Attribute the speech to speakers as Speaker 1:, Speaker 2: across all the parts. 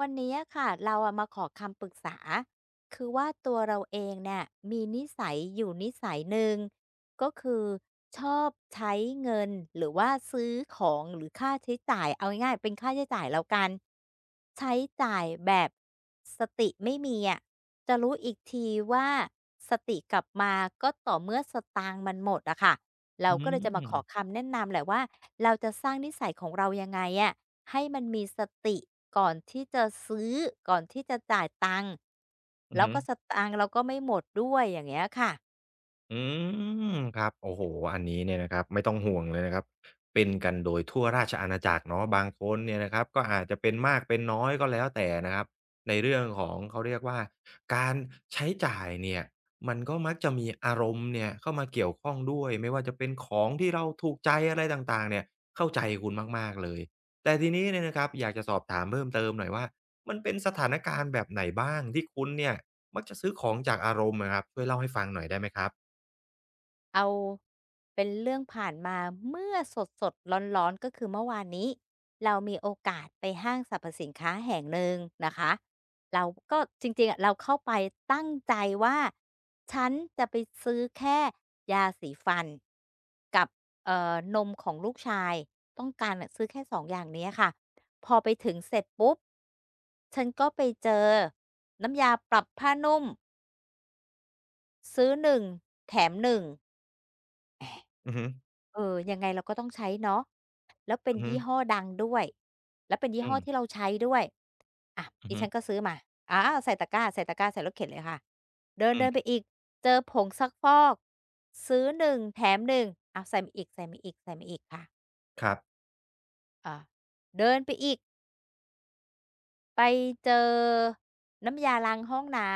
Speaker 1: วันนี้อะค่ะเราอะมาขอคำปรึกษาคือว่าตัวเราเองเนี่ยมีนิสัยอยู่นิสัยหนึ่งก็คือชอบใช้เงินหรือว่าซื้อของหรือค่าใช้จ่ายเอาง่ายๆเป็นค่าใช้จ่ายแล้วกันใช้จ่ายแบบสติไม่มีอะจะรู้อีกทีว่าสติกลับมาก็ต่อเมื่อสตางค์มันหมดอะค่ะเรา
Speaker 2: อื
Speaker 1: ก็เล
Speaker 2: ม
Speaker 1: ย
Speaker 2: อื
Speaker 1: จะมาข
Speaker 2: อ
Speaker 1: อคำแนะนำแหละว่าเราจะสร้างนิสัยของเรายังไงอะ ให้มันมีสติก่อนที่จะซื้อก่อนที่จะจ่ายตังค์แล้ว
Speaker 2: ฮึ
Speaker 1: ก็สตางค์เราก็ไม่หมดด้วยอย่างเงี้ยค่ะ
Speaker 2: อืมครับโอ้โฮอันนี้เนี่ยนะครับไม่ต้องห่วงเลยนะครับเป็นกันโดยทั่วราชอาณาจักรเนาะบางคนเนี่ยนะครับก็อาจจะเป็นมากเป็นน้อยก็แล้วแต่นะครับในเรื่องของเขาเรียกว่าการใช้จ่ายเนี่ยมันก็มักจะมีอารมณ์เนี่ยเข้ามาเกี่ยวข้องด้วยไม่ว่าจะเป็นของที่เราถูกใจอะไรต่างๆเนี่ยเข้าใจคุณมากๆเลยแต่ทีนี้เนี่ยนะครับอยากจะสอบถามเพิ่มเติมหน่อยว่ามันเป็นสถานการณ์แบบไหนบ้างที่คุณเนี่ยมักจะซื้อของจากอารมณ์อะครับช่วยเล่าให้ฟังหน่อยได้ไหมครับ
Speaker 1: เอาเป็นเรื่องผ่านมาเมื่อสดๆร้อนๆก็คือเมื่อวานนี้เรามีโอกาสไปห้างสรรพสินค้าแห่งหนึ่งนะคะเราก็จริงๆอะเราเข้าไปตั้งใจว่าฉันจะไปซื้อแค่ยาสีฟันกับนมของลูกชายต้องการอะซื้อแค่2องอย่างเนี้ยค่ะพอไปถึงเสร็จปุ๊บฉันก็ไปเจอน้ำยาปรับผ้านุ่มซื้อ1แถม1 แหม
Speaker 2: อือฮึ
Speaker 1: เออยังไงเราก็ต้องใช้เนาะแล้วเป็น
Speaker 2: อือฮึ
Speaker 1: ยี่ห้อดังด้วย แล้วเป็นยี่
Speaker 2: อื
Speaker 1: ห้อที่
Speaker 2: ม
Speaker 1: เราใช้ด้วยอะ
Speaker 2: อือ
Speaker 1: ดิ
Speaker 2: ฮึ
Speaker 1: ฉันก็ซื้อมาอาใส่ตะกร้าใส่ตะกร้าใส่รถเข็นเลยค่ะเด
Speaker 2: อื
Speaker 1: ินๆไป
Speaker 2: ม
Speaker 1: อีก เจอผงซักฟอก ซื้อหนึ่งแถมหนึเอ้าวใส่มาอีกใส่มาอีกใส่มาอีกค่ะ
Speaker 2: ครับ
Speaker 1: อ่าเดินไปอีก ไปเจอน้ำยาล้างห้องน้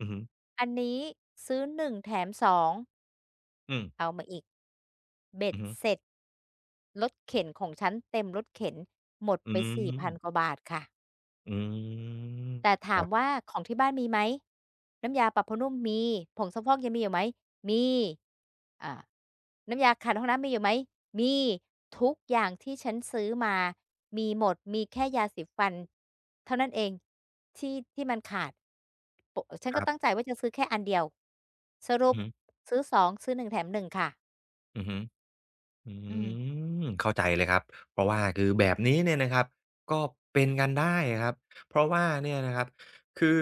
Speaker 2: อือฮึ
Speaker 1: ำ อันนี้ซื้อ1แถม2
Speaker 2: อืม
Speaker 1: เอามาอีกเบ็
Speaker 2: อื
Speaker 1: ด
Speaker 2: อฮึ
Speaker 1: เสร็จ รถเข็นของฉันเต็มรถเข็นหมด
Speaker 2: อื
Speaker 1: ไป
Speaker 2: ม
Speaker 1: 4,000กว่าบาทค่ะ
Speaker 2: อืม
Speaker 1: แต่
Speaker 2: ค
Speaker 1: ถา
Speaker 2: รั
Speaker 1: ม
Speaker 2: บ
Speaker 1: ว่าของที่บ้านมีไหมน้ำยาปรับผ้านุ่มมีผงซักฟอกยังมีอยู่ไหมมีอ่าน้ำยาขัดห้องน้ำมีอยู่ไหมมีทุกอย่างที่ฉันซื้อมามีหมดมีแค่ยาสีฟันเท่านั้นเองที่ที่มันขาดปฉัน
Speaker 2: ค
Speaker 1: ก็
Speaker 2: รั
Speaker 1: ตั้ง
Speaker 2: บ
Speaker 1: ใจว่าจะซื้อแค่อันเดียวสรุ
Speaker 2: อือ
Speaker 1: ป
Speaker 2: ฮึ
Speaker 1: ซื้อสองซื้อหนึ่งแถมหนึ่งค่ะ
Speaker 2: อือฮึ อื
Speaker 1: อืม
Speaker 2: มเข้าใจเลยครับเพราะว่าคือแบบนี้เนี่ยนะครับก็เป็นกันได้ครับเพราะว่าเนี่ยนะครับคือ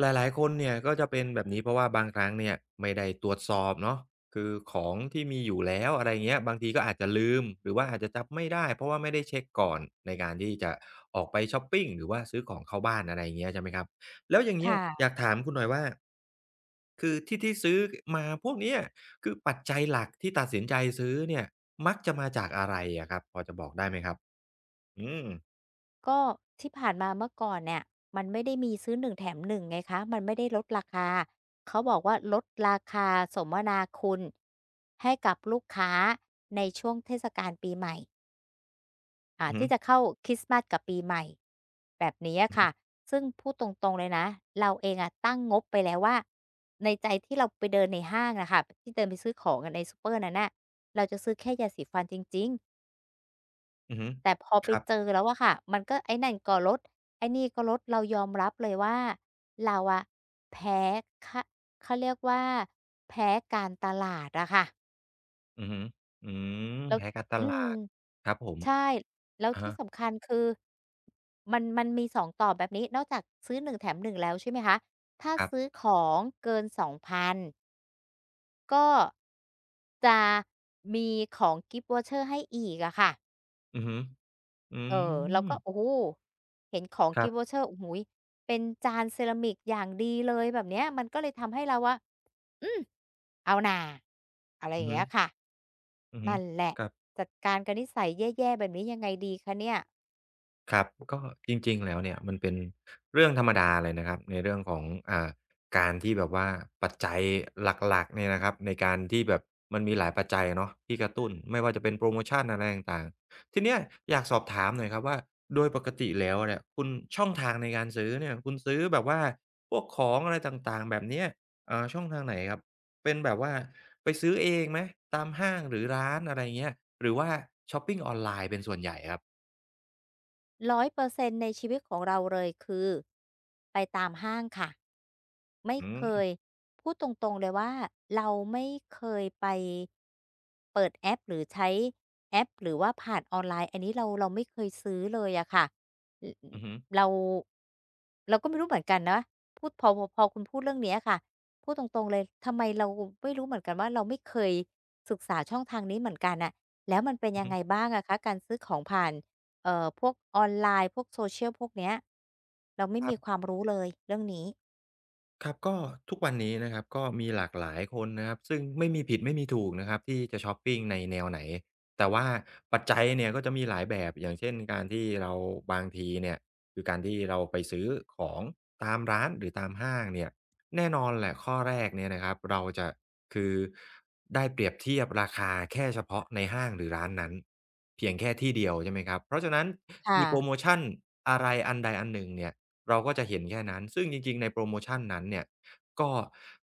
Speaker 2: หลายๆคนเนี่ยก็จะเป็นแบบนี้เพราะว่าบางครั้งเนี่ยไม่ได้ตรวจสอบเนาะคือของที่มีอยู่แล้วอะไรเงี้ยบางทีก็อาจจะลืมหรือว่าอาจจะจำไม่ได้เพราะว่าไม่ได้เช็กก่อนในการที่จะออกไปชอปปิงหรือว่าซื้อของเข้าบ้านอะไรอย่างเงี้ยใช่ไหมครับแล้วอย่างเงี้ยอยาก
Speaker 1: ค่ะ
Speaker 2: ถามคุณหน่อยว่าคือที่ที่ซื้อมาพวกเนี้ย คือปัจจัยหลักที่ตัดสินใจซื้อเนี่ยมักจะมาจากอะไรอะครับพอจะบอกได้ไหมครับอืม
Speaker 1: ก็ที่ผ่านมาเมื่อก่อนเนี่ยมันไม่ได้มีซื้อหนึ่งแถมหนึ่งไงคะมันไม่ได้ลดราคาเขาบอกว่าลดราคาสมนาคุณให้กับลูกค้าในช่วงเทศกาลปีใหม่อ่า
Speaker 2: อือฮึ
Speaker 1: ที่จะเข้าคริสต์มาสกับปีใหม่แบบนี้อะค่ะซึ่งพูดตรงๆเลยนะเราเองอะตั้งงบไปแล้วว่าในใจที่เราไปเดินในห้างน่ะค่ะที่เดินไปซื้อของอะในซูเปอร์นั้นน่ะเราจะซื้อแค่ยาสีฟันจริงๆ
Speaker 2: อือฮึ
Speaker 1: แต่พอไป
Speaker 2: ครั
Speaker 1: เจอ
Speaker 2: บ
Speaker 1: แล้วอะค่ะมันก็ไอ้นั่นก็ลดไอ้นี่ก็ลดเรายอมรับเลยว่าเราอะแพ้ขเขาเรียกว่าแพ้การตลาดอะค่ะ
Speaker 2: อือฮึอืม
Speaker 1: แล้ว
Speaker 2: แพ้การต
Speaker 1: อืม
Speaker 2: ลาดครับผม
Speaker 1: ใช่แล้ว
Speaker 2: อะ
Speaker 1: ที่
Speaker 2: ฮะ
Speaker 1: สำคัญคือมันมีสองต่อแบบนี้นอกจากซื้อหนึ่งแถมหนึ่งแล้วใช่ไหมคะถ้า
Speaker 2: ครั
Speaker 1: ซื้อ
Speaker 2: บ
Speaker 1: ของเกิน2,000ก็จะมีของ Gift voucher ให้อีกอะค่ะ
Speaker 2: อือฮึอื
Speaker 1: เออเราก็
Speaker 2: ม
Speaker 1: โอ้โฮเห็นของ
Speaker 2: ครั
Speaker 1: กิฟ
Speaker 2: บ
Speaker 1: ต์วอเชอร์โอ้โฮเป็นจานเซรามิกอย่างดีเลยแบบเนี้ยมันก็เลยทำให้เราอะอืมเอาน่าอะไรอ
Speaker 2: อือ
Speaker 1: ย่าง
Speaker 2: ฮึ
Speaker 1: เงี้ยค่ะ
Speaker 2: อือฮึ
Speaker 1: นั่นแหละ
Speaker 2: ครับ
Speaker 1: จัดการกับนิสัยแย่ๆแบบนี้ยังไงดีคะเนี่ย
Speaker 2: ครับก็จริงๆแล้วเนี่ยมันเป็นเรื่องธรรมดาเลยนะครับในเรื่องของอ่าการที่แบบว่าปัจจัยหลักๆเนี่ยนะครับในการที่แบบมันมีหลายปัจจัยเนาะที่กระตุ้นไม่ว่าจะเป็นโพรโมชันอะไรต่างๆทีเนี้ยอยากสอบถามหน่อยครับว่าโดยปกติแล้วเนี่ยคุณช่องทางในการซื้อเนี่ยคุณซื้อแบบว่าพวกของอะไรต่างๆแบบเนี้ยช่องทางไหนครับเป็นแบบว่าไปซื้อเองไหมตามห้างหรือร้านอะไรเงี้ยหรือว่าช็อปปิงออนไลน์เป็นส่วนใหญ่ครับ
Speaker 1: 100%ในชีวิตของเราเลยคือไปตามห้างค่ะไม่
Speaker 2: อื
Speaker 1: เค
Speaker 2: ม
Speaker 1: ยพูดตรงๆเลยว่าเราไม่เคยไปเปิดแอปหรือใช้แอปหรือว่าผ่านออนไลน์อันนี้เราไม่เคยซื้อเลยอะค่ะอ
Speaker 2: อือฮึ
Speaker 1: เราเราก็ไม่รู้เหมือนกันนะพูดพอคุณพูดเรื่องเนี้ยค่ะพูดตรงๆเลยทำไมเราไม่รู้เหมือนกันว่าเราไม่เคยศึกษาช่องทางนี้เหมือนกันอะแล้วมันเป็น
Speaker 2: อือ
Speaker 1: ยัง
Speaker 2: ฮึ
Speaker 1: ไงบ้างอะคะการซื้อของผ่าน เอ่อพวกออนไลน์พวก social พวกเนี้ยเราไม่
Speaker 2: ครั
Speaker 1: มีค
Speaker 2: บ
Speaker 1: วามรู้เลยเรื่องนี้
Speaker 2: ครับก็ทุกวันนี้นะครับก็มีหลากหลายคนนะครับซึ่งไม่มีผิดไม่มีถูกนะครับที่จะชอปปิงในแนวไหนแต่ว่าปัจจัยเนี่ยก็จะมีหลายแบบอย่างเช่นการที่เราบางทีเนี่ยคือการที่เราไปซื้อของตามร้านหรือตามห้างเนี่ยแน่นอนแหละข้อแรกเนี่ยนะครับเราจะคือได้เปรียบเทียบราคาแค่เฉพาะในห้างหรือร้านนั้นเพียงแค่ที่เดียวใช่ไหมครับเพราะฉะนั้น
Speaker 1: ค่ะ
Speaker 2: มีโพรโมชันอะไรอันใดอันหนึ่งเนี่ย เราก็จะเห็นแค่นั้นซึ่งจริงๆในโพรโมชันนั้นเนี่ยก็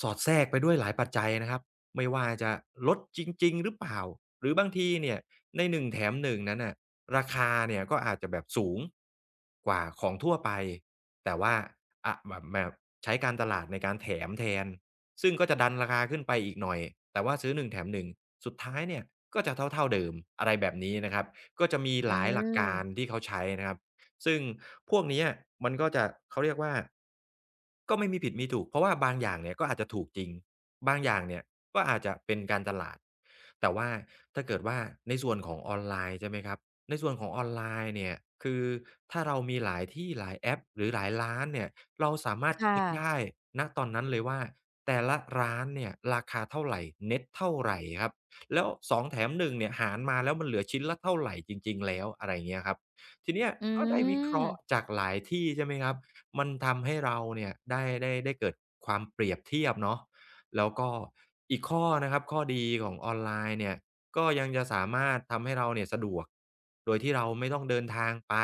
Speaker 2: สอดแทรกไปด้วยหลายปัจจัยนะครับไม่ว่าจะลดจริงๆหรือเปล่าหรือบางทีเนี่ยในหนึ่งแถม1นงนั้นน่ะราคาเนี่ยก็อาจจะแบบสูงกว่าของทั่วไปแต่ว่าอาแบบแบบใช้การตลาดในการแถมแทนซึ่งก็จะดันราคาขึ้นไปอีกหน่อยแต่ว่าซื้อหนึ่งแถมหนึ่งสุดท้ายเนี่ยก็จะเท่าๆเดิมอะไรแบบนี้นะครับก็จะมี
Speaker 1: อื
Speaker 2: หลายหลัก
Speaker 1: ม
Speaker 2: การที่เขาใช้นะครับ ซึ่งพวกเนี้ยมันก็จะเขาเรียกว่าก็ไม่มีผิดมีถูกเพราะว่าบางอย่างเนี่ยก็อาจจะถูกจริงบางอย่างเนี่ยก็อาจจะเป็นการตลาดแต่ว่าถ้าเกิดว่าในส่วนของออนไลน์ใช่ไหมครับในส่วนของออนไลน์เนี่ยคือถ้าเรามีหลายที่หลายแอปหรือหลายร้านเนี่ยเราสามารถ
Speaker 1: ค่ะ
Speaker 2: เช็กได้ณตอนนั้นเลยว่าแต่ละร้านเนี่ยราคาเท่าไรเน็ตเท่าไรครับแล้วสองแถมหนึ่งเนี่ยหารมาแล้วมันเหลือชิ้นละเท่าไรจริงๆแล้วอะไรอย่างเงี้ยครับ ทีเนี้ย
Speaker 1: อื
Speaker 2: ก็ได้วิเคราะห์
Speaker 1: ม
Speaker 2: จากหลายที่ใช่ไหมครับมันทำให้เราเนี่ยได้เกิดความเปรียบเทียบเนาะแล้วก็อีกข้อนะครับข้อดีของออนไลน์เนี่ยก็ยังจะสามารถทำให้เราเนี่ยสะดวกโดยที่เราไม่ต้องเดินทางไป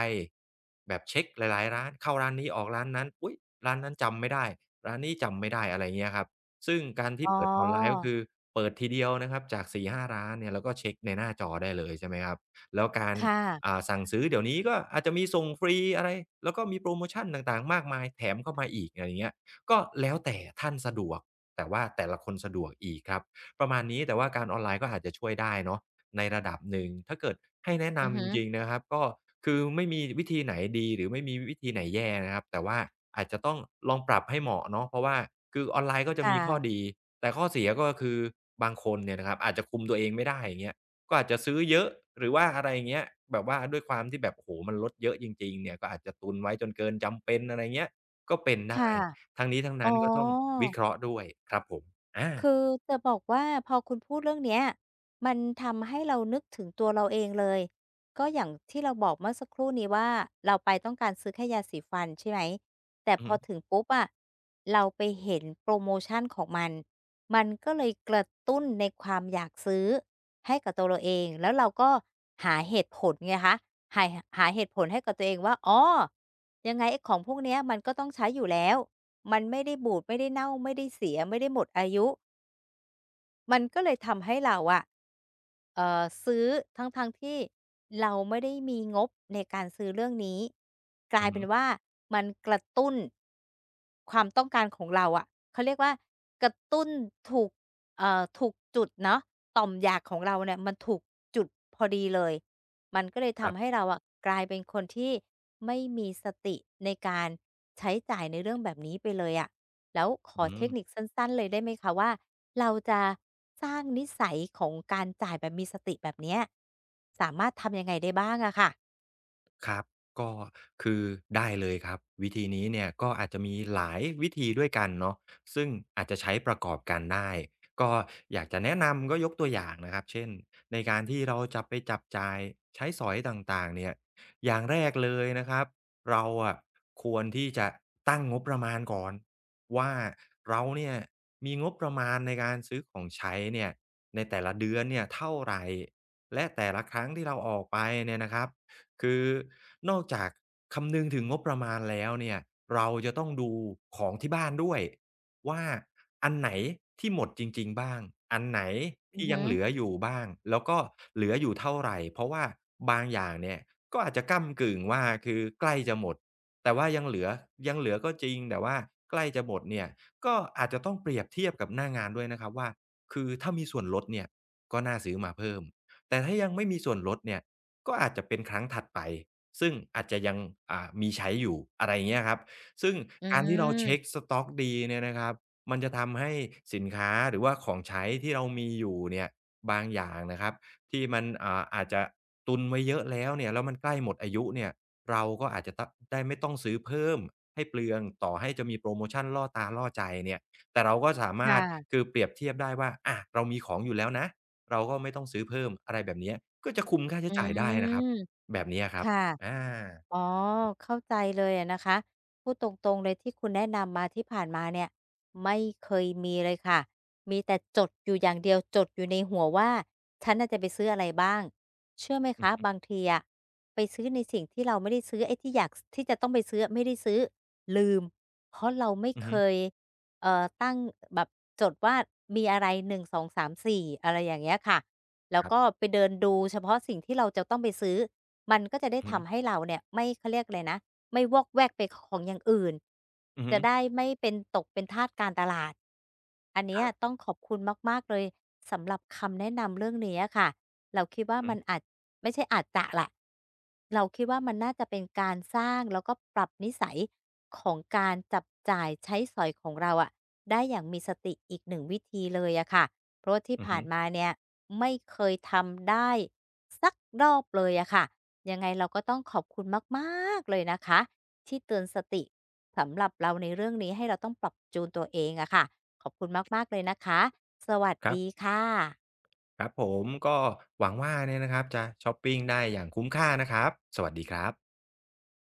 Speaker 2: แบบเช็กหลายๆร้านเข้าร้านนี้ออกร้านนั้นอุ๊ยร้านนั้นจำไม่ได้ร้านนี้จำไม่ได้อะไรเงี้ยครับซึ่งการที่
Speaker 1: อ๋
Speaker 2: เปิดออนไลน์ก็
Speaker 1: อ
Speaker 2: คือเปิดทีเดียวนะครับจาก4าร้านเนี่ยแล้วก็เช็กในหน้าจอได้เลยใช่ไหมครับแล้วการ
Speaker 1: ค่ะ
Speaker 2: สั่งซื้อเดี๋ยวนี้ก็อาจจะมีส่งฟรีอะไรแล้วก็มีโพรโมชันต่างๆมากมายแถมเข้ามาอีกอะไรอย่างเงี้ยก็แล้วแต่ท่านสะดวกแต่ว่าแต่ละคนสะดวกอีกครับประมาณนี้แต่ว่าการออนไลน์ก็อาจจะช่วยได้เนาะในระดับหนึ่งถ้าเกิดให้แนะ
Speaker 1: อือ
Speaker 2: นำจ
Speaker 1: ฮึ
Speaker 2: ริงๆนะครับก็คือไม่มีวิธีไหนดีหรือไม่มีวิธีไหนแย่นะครับแต่ว่าอาจจะต้องลองปรับให้เหมาะเนาะเพราะว่าคือออนไลน์ก็
Speaker 1: ค
Speaker 2: จะมีข้อ
Speaker 1: ่ะ
Speaker 2: ดีแต่ข้อเสียก็คือบางคนเนี่ยนะครับอาจจะคุมตัวเองไม่ได้อย่างเงี้ย ก็อาจจะซื้อเยอะหรือว่าอะไรอย่างเงี้ยแบบว่าด้วยความที่แบบโอ้โฮมันลดเยอะจริงๆเนี่ยก็อาจจะตุนไว้จนเกินจำเป็นอะไรเงี้ยก็เป็นได้
Speaker 1: ค่ะ
Speaker 2: ทั้งนี้ทั้ง
Speaker 1: อ๋
Speaker 2: นั้
Speaker 1: อ
Speaker 2: นก็ต้องวิเคราะห์ด้วยครับผม
Speaker 1: คื
Speaker 2: อา
Speaker 1: อจะบอกว่าพอคุณพูดเรื่องเนี้ยมันทำให้เรานึกถึงตัวเราเองเลยก็อย่างที่เราบอกเมื่อสักครู่นี้ว่าเราไปต้องการซื้อแค่ยาสีฟันใช่ไหมแต่
Speaker 2: อือ
Speaker 1: พ
Speaker 2: ฮึ
Speaker 1: อถึงปุ๊บอะเราไปเห็นโปรโมชั่นของมันมันก็เลยกระตุ้นในความอยากซื้อให้กับตัวเราเองแล้วเราก็หาเหตุผลไงคะหาหาเหตุผลให้กับตัวเองว่าอ๋อยังไงไอ้ของพวกเนี้ยมันก็ต้องใช้อยู่แล้วมันไม่ได้บูดไม่ได้เน่าไม่ได้เสียไม่ได้หมดอายุ มันก็เลยทำให้เราอะซื้อทั้งๆทที่เราไม่ได้มีงบในการซื้อเรื่องนี้กลา
Speaker 2: อื
Speaker 1: ย
Speaker 2: อ
Speaker 1: เป็
Speaker 2: ฮึ
Speaker 1: นว่ามันกระตุ้นความต้องการของเราอะเขาเรียกว่ากระตุ้นถูกถูกจุดเนาะต่อมอยากของเราเนี่ยมันถูกจุดพอดีเลยมันก็เลย
Speaker 2: ครั
Speaker 1: ทำให้
Speaker 2: บ
Speaker 1: เราอะกลายเป็นคนที่ไม่มีสติในการใช้จ่ายในเรื่องแบบนี้ไปเลยอะ แล้วขอ
Speaker 2: อื
Speaker 1: เทคนิค
Speaker 2: ม
Speaker 1: สั้นๆเลยได้ไหมคะว่าเราจะสร้างนิสัยของการจ่ายแบบมีสติแบบเนี้ยสามารถทำยังไงได้บ้างอะค่ะ
Speaker 2: ครับก็คือได้เลยครับวิธีนี้เนี่ยก็อาจจะมีหลายวิธีด้วยกันเนาะซึ่งอาจจะใช้ประกอบกันได้ก็อยากจะแนะนำก็ยกตัวอย่างนะครับเช่นในการที่เราจะไปจับจ่ายใช้สอยต่างๆเนี่ยอย่างแรกเลยนะครับเราอะควรที่จะตั้งงบประมาณก่อนว่าเราเนี่ยมีงบประมาณในการซื้อของใช้เนี่ยในแต่ละเดือนเนี่ยเท่าไรและแต่ละครั้งที่เราออกไปเนี่ยนะครับ คือนอกจากคำนึงถึงงบประมาณแล้วเนี่ยเราจะต้องดูของที่บ้านด้วยว่าอันไหนที่หมดจริงๆบ้างอันไหน
Speaker 1: อือ
Speaker 2: ที่ยั
Speaker 1: ฮึ
Speaker 2: งเหลืออยู่บ้างแล้วก็เหลืออยู่เท่าไรเพราะว่าบางอย่างเนี่ยก็อาจจะก้ำกึ่งว่าคือใกล้จะหมดแต่ว่ายังเหลือก็จริงแต่ว่าใกล้จะหมดเนี่ยก็อาจจะต้องเปรียบเทียบกับหน้างานด้วยนะครับว่าคือถ้ามีส่วนลดเนี่ยก็น่าซื้อมาเพิ่มแต่ถ้ายังไม่มีส่วนลดเนี่ย ก็อาจจะเป็นครั้งถัดไป ซึ่งอาจจะยังมีใช้อยู่อะไรอย่างเงี้ยครับซึ่ง
Speaker 1: อื
Speaker 2: การที่เราเช็ก
Speaker 1: ม
Speaker 2: สต๊อกดีเนี่ยนะครับมันจะทำให้สินค้าหรือว่าของใช้ที่เรามีอยู่เนี่ยบางอย่างนะครับที่มันอาจจะตุนไว้เยอะแล้วเนี่ยแล้วมันใกล้หมดอายุเนี่ยเราก็อาจจะตได้ไม่ต้องซื้อเพิ่มให้เปลืองต่อให้จะมีโพรโมชันล่อตาล่อใจเนี่ยแต่เราก็สา
Speaker 1: ค่
Speaker 2: มารถคือ
Speaker 1: ะ
Speaker 2: เปรียบเทียบได้ว่าอะเรามีของอยู่แล้วนะ เราก็ไม่ต้องซื้อเพิ่มอะไรแบบเนี้ยก็จะคุมค่า
Speaker 1: อื
Speaker 2: ใช้จ่ายได้นะครั
Speaker 1: ม
Speaker 2: บแบบเนี้ยครับ
Speaker 1: ค่ะ
Speaker 2: อา
Speaker 1: อ๋อเข้าใจเลยอะนะคะพูดตรงๆเลยที่คุณแนะนำมาที่ผ่านมาเนี่ยไม่เคยมีเลยค่ะมีแต่จดอยู่อย่างเดียวจดอยู่ในหัวว่าฉันน่ะจะไปซื้ออะไรบ้างเชื่อไหม
Speaker 2: อือ
Speaker 1: คะ
Speaker 2: ฮึ
Speaker 1: บางทีอะไปซื้อในสิ่งที่เราไม่ได้ซื้อไอ้ที่อยากที่จะต้องไปซื้อไม่ได้ซื้อลืมเพราะเราไม่เค
Speaker 2: ๆ
Speaker 1: ยตั้งแบบจดว่ามีอะไรหนึ่งสองสามสี่อะไรอย่างเงี้ยค่ะแล้ว
Speaker 2: ครั
Speaker 1: ก็
Speaker 2: บ
Speaker 1: ไปเดินดูเฉพาะสิ่งที่เราจะต้องไปซื้อ มันก็จะได้
Speaker 2: อือฮึ
Speaker 1: ทำให้เราเนี่ยไม่เขาเรียกอะไรนะไม่วอกแวกไปของอย่างอื่น
Speaker 2: อือฮึ
Speaker 1: จะได้ไม่เป็นตกเป็นทาสการตลาดอัน
Speaker 2: ค
Speaker 1: เนี้ย
Speaker 2: รับ
Speaker 1: ต้องขอบคุณมากๆเลยสำหรับคำแนะนำเรื่องนี้อะค่ะเราคิดว่า
Speaker 2: อือฮึ
Speaker 1: มันอาจไม่ใช่อาจจะแหละเราคิดว่ามันน่าจะเป็นการสร้างแล้วก็ปรับนิสัยของการจับจ่ายใช้สอยของเราอะได้อย่างมีสติอีก1วิธีเลยอะค่ะเพราะว่าที่
Speaker 2: อือ
Speaker 1: ผ่า
Speaker 2: ฮึ
Speaker 1: นมาเนี่ยไม่เคยทำได้สักรอบเลยอะค่ะ ยังไงเราก็ต้องขอบคุณมากๆเลยนะคะที่เตือนสติสำหรับเราในเรื่องนี้ให้เราต้องปรับจูนตัวเองอะค่ะขอบคุณมากๆเลยนะคะสวัส
Speaker 2: ครั
Speaker 1: ดี
Speaker 2: บ
Speaker 1: ค่ะ
Speaker 2: ครับผมก็หวังว่าเนี่ยนะครับจะช็อปปิงได้อย่างคุ้มค่านะครับสวัสดีครับ